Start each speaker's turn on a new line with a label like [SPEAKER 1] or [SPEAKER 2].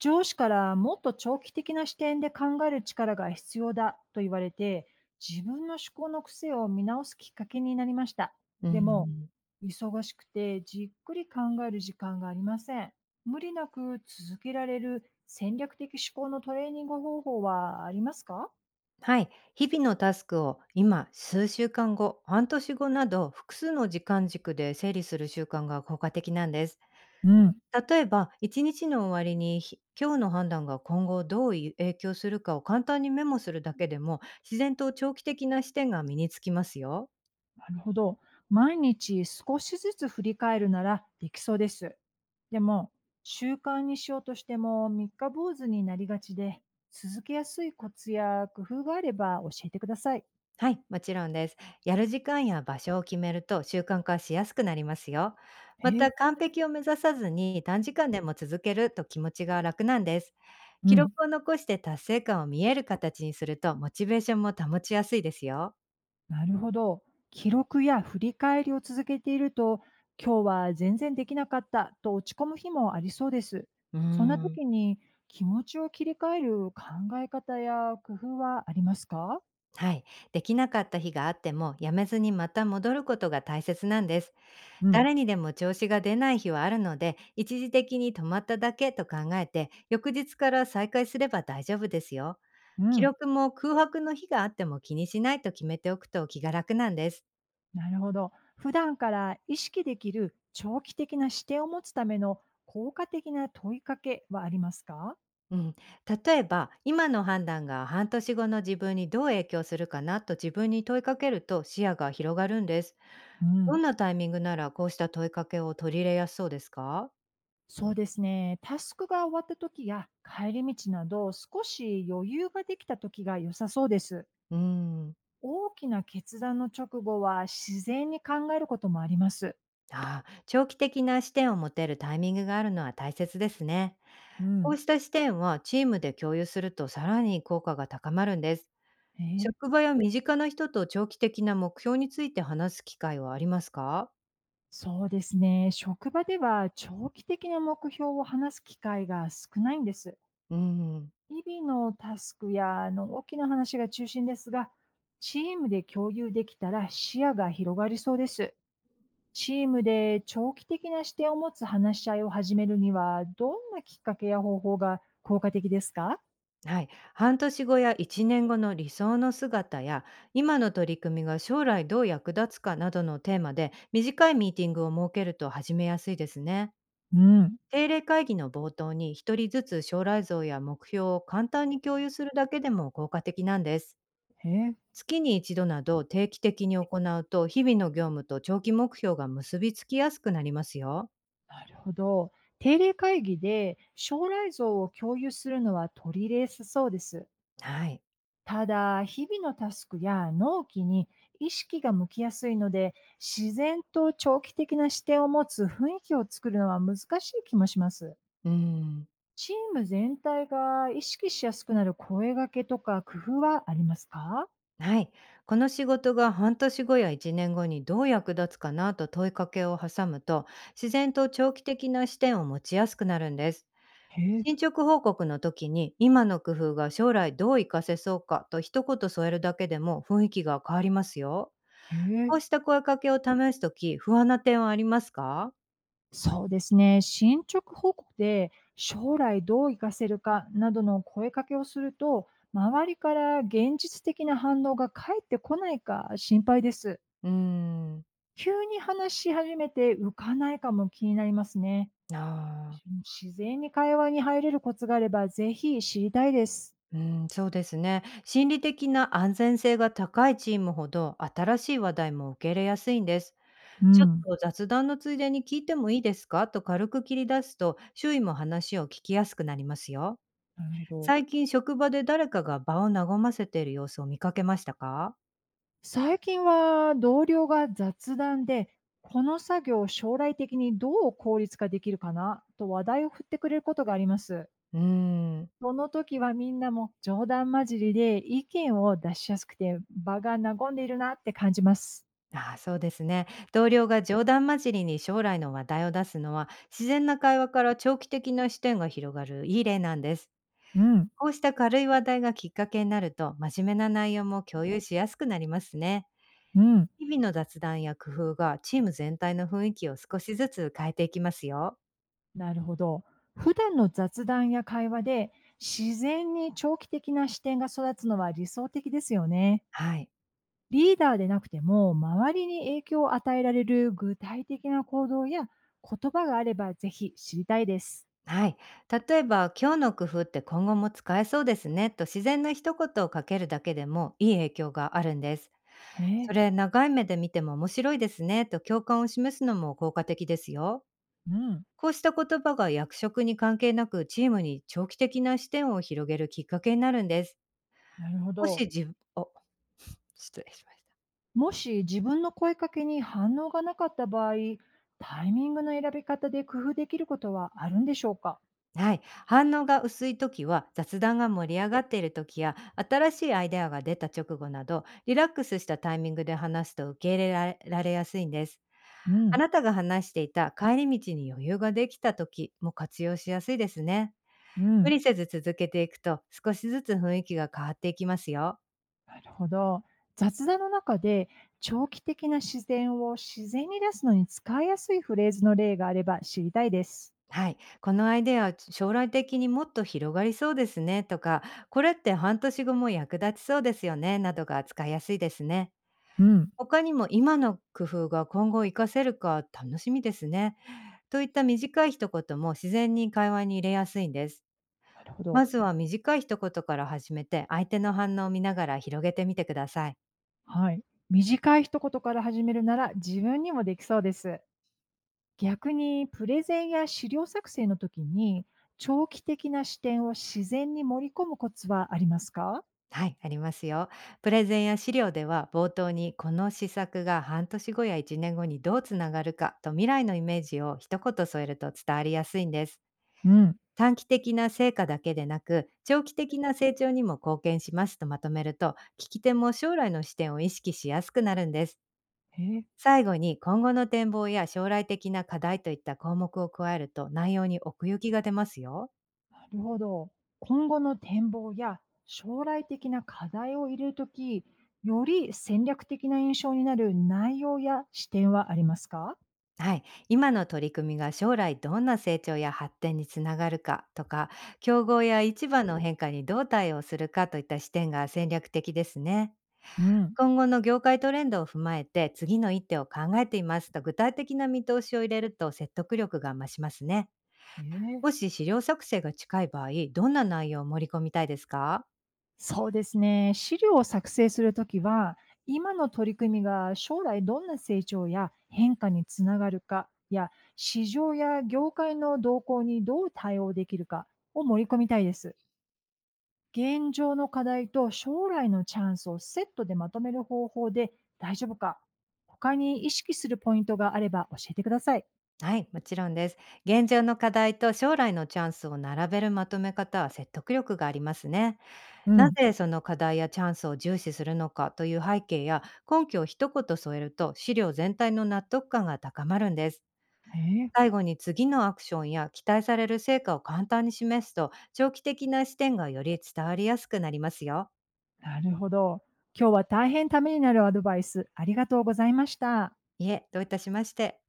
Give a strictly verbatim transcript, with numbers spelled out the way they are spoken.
[SPEAKER 1] 上司からもっと長期的な視点で考える力が必要だと言われて、自分の思考の癖を見直すきっかけになりました。
[SPEAKER 2] う
[SPEAKER 1] でも、
[SPEAKER 2] ん、
[SPEAKER 1] 忙しくてじっくり考える時間がありません。無理なく続けられる戦略的思考のトレーニング方法はありますか？
[SPEAKER 2] はい。日々のタスクを今、数週間後、半年後など複数の時間軸で整理する習慣が効果的なんです。
[SPEAKER 1] うん。
[SPEAKER 2] 例えば、一日の終わりにひ今日の判断が今後どうい影響するかを簡単にメモするだけでも、自然と長期的な視点が身につきますよ。
[SPEAKER 1] なるほど。毎日少しずつ振り返るならできそうです。でも、習慣にしようとしても三日坊主になりがちで、続けやすいコツや工夫があれば教えてください。
[SPEAKER 2] はい、もちろんです。やる時間や場所を決めると習慣化しやすくなりますよ。また、
[SPEAKER 1] え。
[SPEAKER 2] 完璧を目指さずに短時間でも続けると気持ちが楽なんです。
[SPEAKER 1] う
[SPEAKER 2] 記録
[SPEAKER 1] ん。
[SPEAKER 2] を残して達成感を見える形にすると、モチベーションも保ちやすいですよ。
[SPEAKER 1] なるほど。記録や振り返りを続けていると、今日は全然できなかったと落ち込む日もありそうです。
[SPEAKER 2] うー
[SPEAKER 1] そんな
[SPEAKER 2] ん。
[SPEAKER 1] 時に気持ちを切り替える考え方や工夫はありますか？
[SPEAKER 2] はい。できなかった日があっても、やめずにまた戻ることが大切なんです。
[SPEAKER 1] うん。
[SPEAKER 2] 誰にでも調子が出ない日はあるので、一時的に止まっただけと考えて、翌日から再開すれば大丈夫ですよ。
[SPEAKER 1] う
[SPEAKER 2] 記
[SPEAKER 1] ん。
[SPEAKER 2] 録も空白の日があっても気にしないと決めておくと気が楽なんです。
[SPEAKER 1] なるほど。普段から意識できる長期的な視点を持つための効果的な問いかけはありますか？
[SPEAKER 2] うん、例えば今の判断が半年後の自分にどう影響するかなと自分に問いかけると視野が広がるんです。
[SPEAKER 1] う
[SPEAKER 2] ど
[SPEAKER 1] ん、
[SPEAKER 2] んなタイミングならこうした問いかけを取り入れやすそうですか？
[SPEAKER 1] そうですね。タスクが終わった時や帰り道など少し余裕ができた時が良さそうです。
[SPEAKER 2] うん。
[SPEAKER 1] 大きな決断の直後は自然に考えることもあります。
[SPEAKER 2] ああ、長期的な視点を持てるタイミングがあるのは大切ですね。
[SPEAKER 1] う
[SPEAKER 2] こう
[SPEAKER 1] ん、
[SPEAKER 2] した視点はチームで共有するとさらに効果が高まるんです。
[SPEAKER 1] えー
[SPEAKER 2] 職場や身近な人と長期的な目標について話す機会はありますか？
[SPEAKER 1] そうですね。職場では長期的な目標を話す機会が少ないんです。
[SPEAKER 2] うん。
[SPEAKER 1] 日々のタスクやあの大きな話が中心ですが、チームで共有できたら視野が広がりそうです。チームで長期的な視点を持つ話し合いを始めるには、どんなきっかけや方法が効果的ですか？
[SPEAKER 2] はい、半年後やいちねんごの理想の姿や今の取り組みが将来どう役立つかなどのテーマで短いミーティングを設けると始めやすいですね。
[SPEAKER 1] うん、
[SPEAKER 2] 定例会議の冒頭に一人ずつ将来像や目標を簡単に共有するだけでも効果的なんです。
[SPEAKER 1] へえ、
[SPEAKER 2] 月に一度など定期的に行うと日々の業務と長期目標が結びつきやすくなりますよ。
[SPEAKER 1] なるほど。定例会議で将来像を共有するのは取り入れやすそうです。
[SPEAKER 2] はい。
[SPEAKER 1] ただ、日々のタスクや納期に意識が向きやすいので、自然と長期的な視点を持つ雰囲気を作るのは難しい気もします。
[SPEAKER 2] うん。
[SPEAKER 1] チーム全体が意識しやすくなる声掛けとか工夫はありますか？
[SPEAKER 2] はい。この仕事が半年後やいちねんごにどう役立つかなと問いかけを挟むと、自然と長期的な視点を持ちやすくなるんです。
[SPEAKER 1] へえ、
[SPEAKER 2] 進捗報告の時に今の工夫が将来どう活かせそうかと一言添えるだけでも雰囲気が変わりますよ。
[SPEAKER 1] へえ、
[SPEAKER 2] こうした声かけを試す時、不安な点はありますか？
[SPEAKER 1] そうですね。進捗報告で将来どう活かせるかなどの声かけをすると、周りから現実的な反応が返ってこないか心配です。
[SPEAKER 2] うーん。
[SPEAKER 1] 急に話し始めて浮かないかも気になりますね。
[SPEAKER 2] ああ。
[SPEAKER 1] 自然に会話に入れるコツがあれば、ぜひ知りたいです。
[SPEAKER 2] うーん、そうですね。心理的な安全性が高いチームほど新しい話題も受け入れやすいんです。
[SPEAKER 1] う
[SPEAKER 2] ちょっ
[SPEAKER 1] ん。
[SPEAKER 2] と雑談のついでに聞いてもいいですかと軽く切り出すと、周囲も話を聞きやすくなりますよ。
[SPEAKER 1] なるほど。
[SPEAKER 2] 最近職場で誰かが場を和ませている様子を見かけましたか？
[SPEAKER 1] 最近は同僚が雑談で、この作業を将来的にどう効率化できるかなと話題を振ってくれることがあります。
[SPEAKER 2] うーん、
[SPEAKER 1] その時はみんなも冗談交じりで意見を出しやすくて場が和んでいるなって感じます。
[SPEAKER 2] ああそうですね。同僚が冗談交じりに将来の話題を出すのは、自然な会話から長期的な視点が広がるいい例なんです。
[SPEAKER 1] うん。
[SPEAKER 2] こうした軽い話題がきっかけになると、真面目な内容も共有しやすくなりますね。
[SPEAKER 1] うん。
[SPEAKER 2] 日々の雑談や工夫がチーム全体の雰囲気を少しずつ変えていきますよ。
[SPEAKER 1] なるほど。普段の雑談や会話で自然に長期的な視点が育つのは理想的ですよね。
[SPEAKER 2] はい。
[SPEAKER 1] リーダーでなくても周りに影響を与えられる具体的な行動や言葉があればぜひ知りたいです。
[SPEAKER 2] はい。例えば、今日の工夫って今後も使えそうですねと自然な一言をかけるだけでもいい影響があるんです。
[SPEAKER 1] へ
[SPEAKER 2] そ
[SPEAKER 1] え、
[SPEAKER 2] れ長い目で見ても面白いですねと共感を示すのも効果的ですよ。
[SPEAKER 1] うん、
[SPEAKER 2] こうした言葉が役職に関係なくチームに長期的な視点を広げるきっかけになるんです。
[SPEAKER 1] なるほ
[SPEAKER 2] もし
[SPEAKER 1] ど。
[SPEAKER 2] 自分、お、失礼しました。
[SPEAKER 1] もし自分の声かけに反応がなかった場合、タイミングの選び方で工夫できることはあるんでしょうか？
[SPEAKER 2] はい。反応が薄い時は、雑談が盛り上がっている時や、新しいアイデアが出た直後など、リラックスしたタイミングで話すと受け入れられられやすいんです。
[SPEAKER 1] う
[SPEAKER 2] あ
[SPEAKER 1] ん、
[SPEAKER 2] なたが話していた帰り道に余裕ができた時も活用しやすいですね。
[SPEAKER 1] う
[SPEAKER 2] 無
[SPEAKER 1] ん。
[SPEAKER 2] 理せず続けていくと、少しずつ雰囲気が変わっていきますよ。
[SPEAKER 1] なるほど。雑談の中で、長期的な自然を自然に出すのに使いやすいフレーズの例があれば知りたいです。
[SPEAKER 2] はい。このアイデア、将来的にもっと広がりそうですねとか、これって半年後も役立ちそうですよねなどが使いやすいですね。
[SPEAKER 1] うん。
[SPEAKER 2] 他にも今の工夫が今後活かせるか楽しみですね。といった短い一言も自然に会話に入れやすいんです。
[SPEAKER 1] なるほど。
[SPEAKER 2] まずは短い一言から始めて相手の反応を見ながら広げてみてください。
[SPEAKER 1] はい。短い一言から始めるなら自分にもできそうです。逆に、プレゼンや資料作成の時に、長期的な視点を自然に盛り込むコツはありますか？
[SPEAKER 2] はい、ありますよ。プレゼンや資料では冒頭にこの施策が半年後やいちねんごにどうつながるかと未来のイメージを一言添えると伝わりやすいんです。
[SPEAKER 1] うん。
[SPEAKER 2] 短期的な成果だけでなく、長期的な成長にも貢献しますとまとめると、聞き手も将来の視点を意識しやすくなるんです。
[SPEAKER 1] へえ。
[SPEAKER 2] 最後に今後の展望や将来的な課題といった項目を加えると内容に奥行きが出ますよ。
[SPEAKER 1] なるほど。今後の展望や将来的な課題を入れるとき、より戦略的な印象になる内容や視点はありますか？
[SPEAKER 2] はい。今の取り組みが将来どんな成長や発展につながるかとか、競合や市場の変化にどう対応するかといった視点が戦略的ですね。
[SPEAKER 1] うん。
[SPEAKER 2] 今後の業界トレンドを踏まえて、次の一手を考えていますと具体的な見通しを入れると説得力が増しますね。
[SPEAKER 1] へえ。
[SPEAKER 2] もし資料作成が近い場合、どんな内容を盛り込みたいですか？
[SPEAKER 1] そうですね。資料を作成するときは、今の取り組みが将来どんな成長や変化につながるかや、市場や業界の動向にどう対応できるかを盛り込みたいです。現状の課題と将来のチャンスをセットでまとめる方法で大丈夫か、他に意識するポイントがあれば教えてください。
[SPEAKER 2] はい、もちろんです。現状の課題と将来のチャンスを並べるまとめ方は説得力がありますね。
[SPEAKER 1] う
[SPEAKER 2] な
[SPEAKER 1] ん。
[SPEAKER 2] ぜその課題やチャンスを重視するのかという背景や根拠を一言添えると資料全体の納得感が高まるんです。
[SPEAKER 1] えー
[SPEAKER 2] 最後に次のアクションや期待される成果を簡単に示すと、長期的な視点がより伝わりやすくなりますよ。
[SPEAKER 1] なるほど。今日は大変ためになるアドバイスありがとうございました。
[SPEAKER 2] いえ、どういたしまして。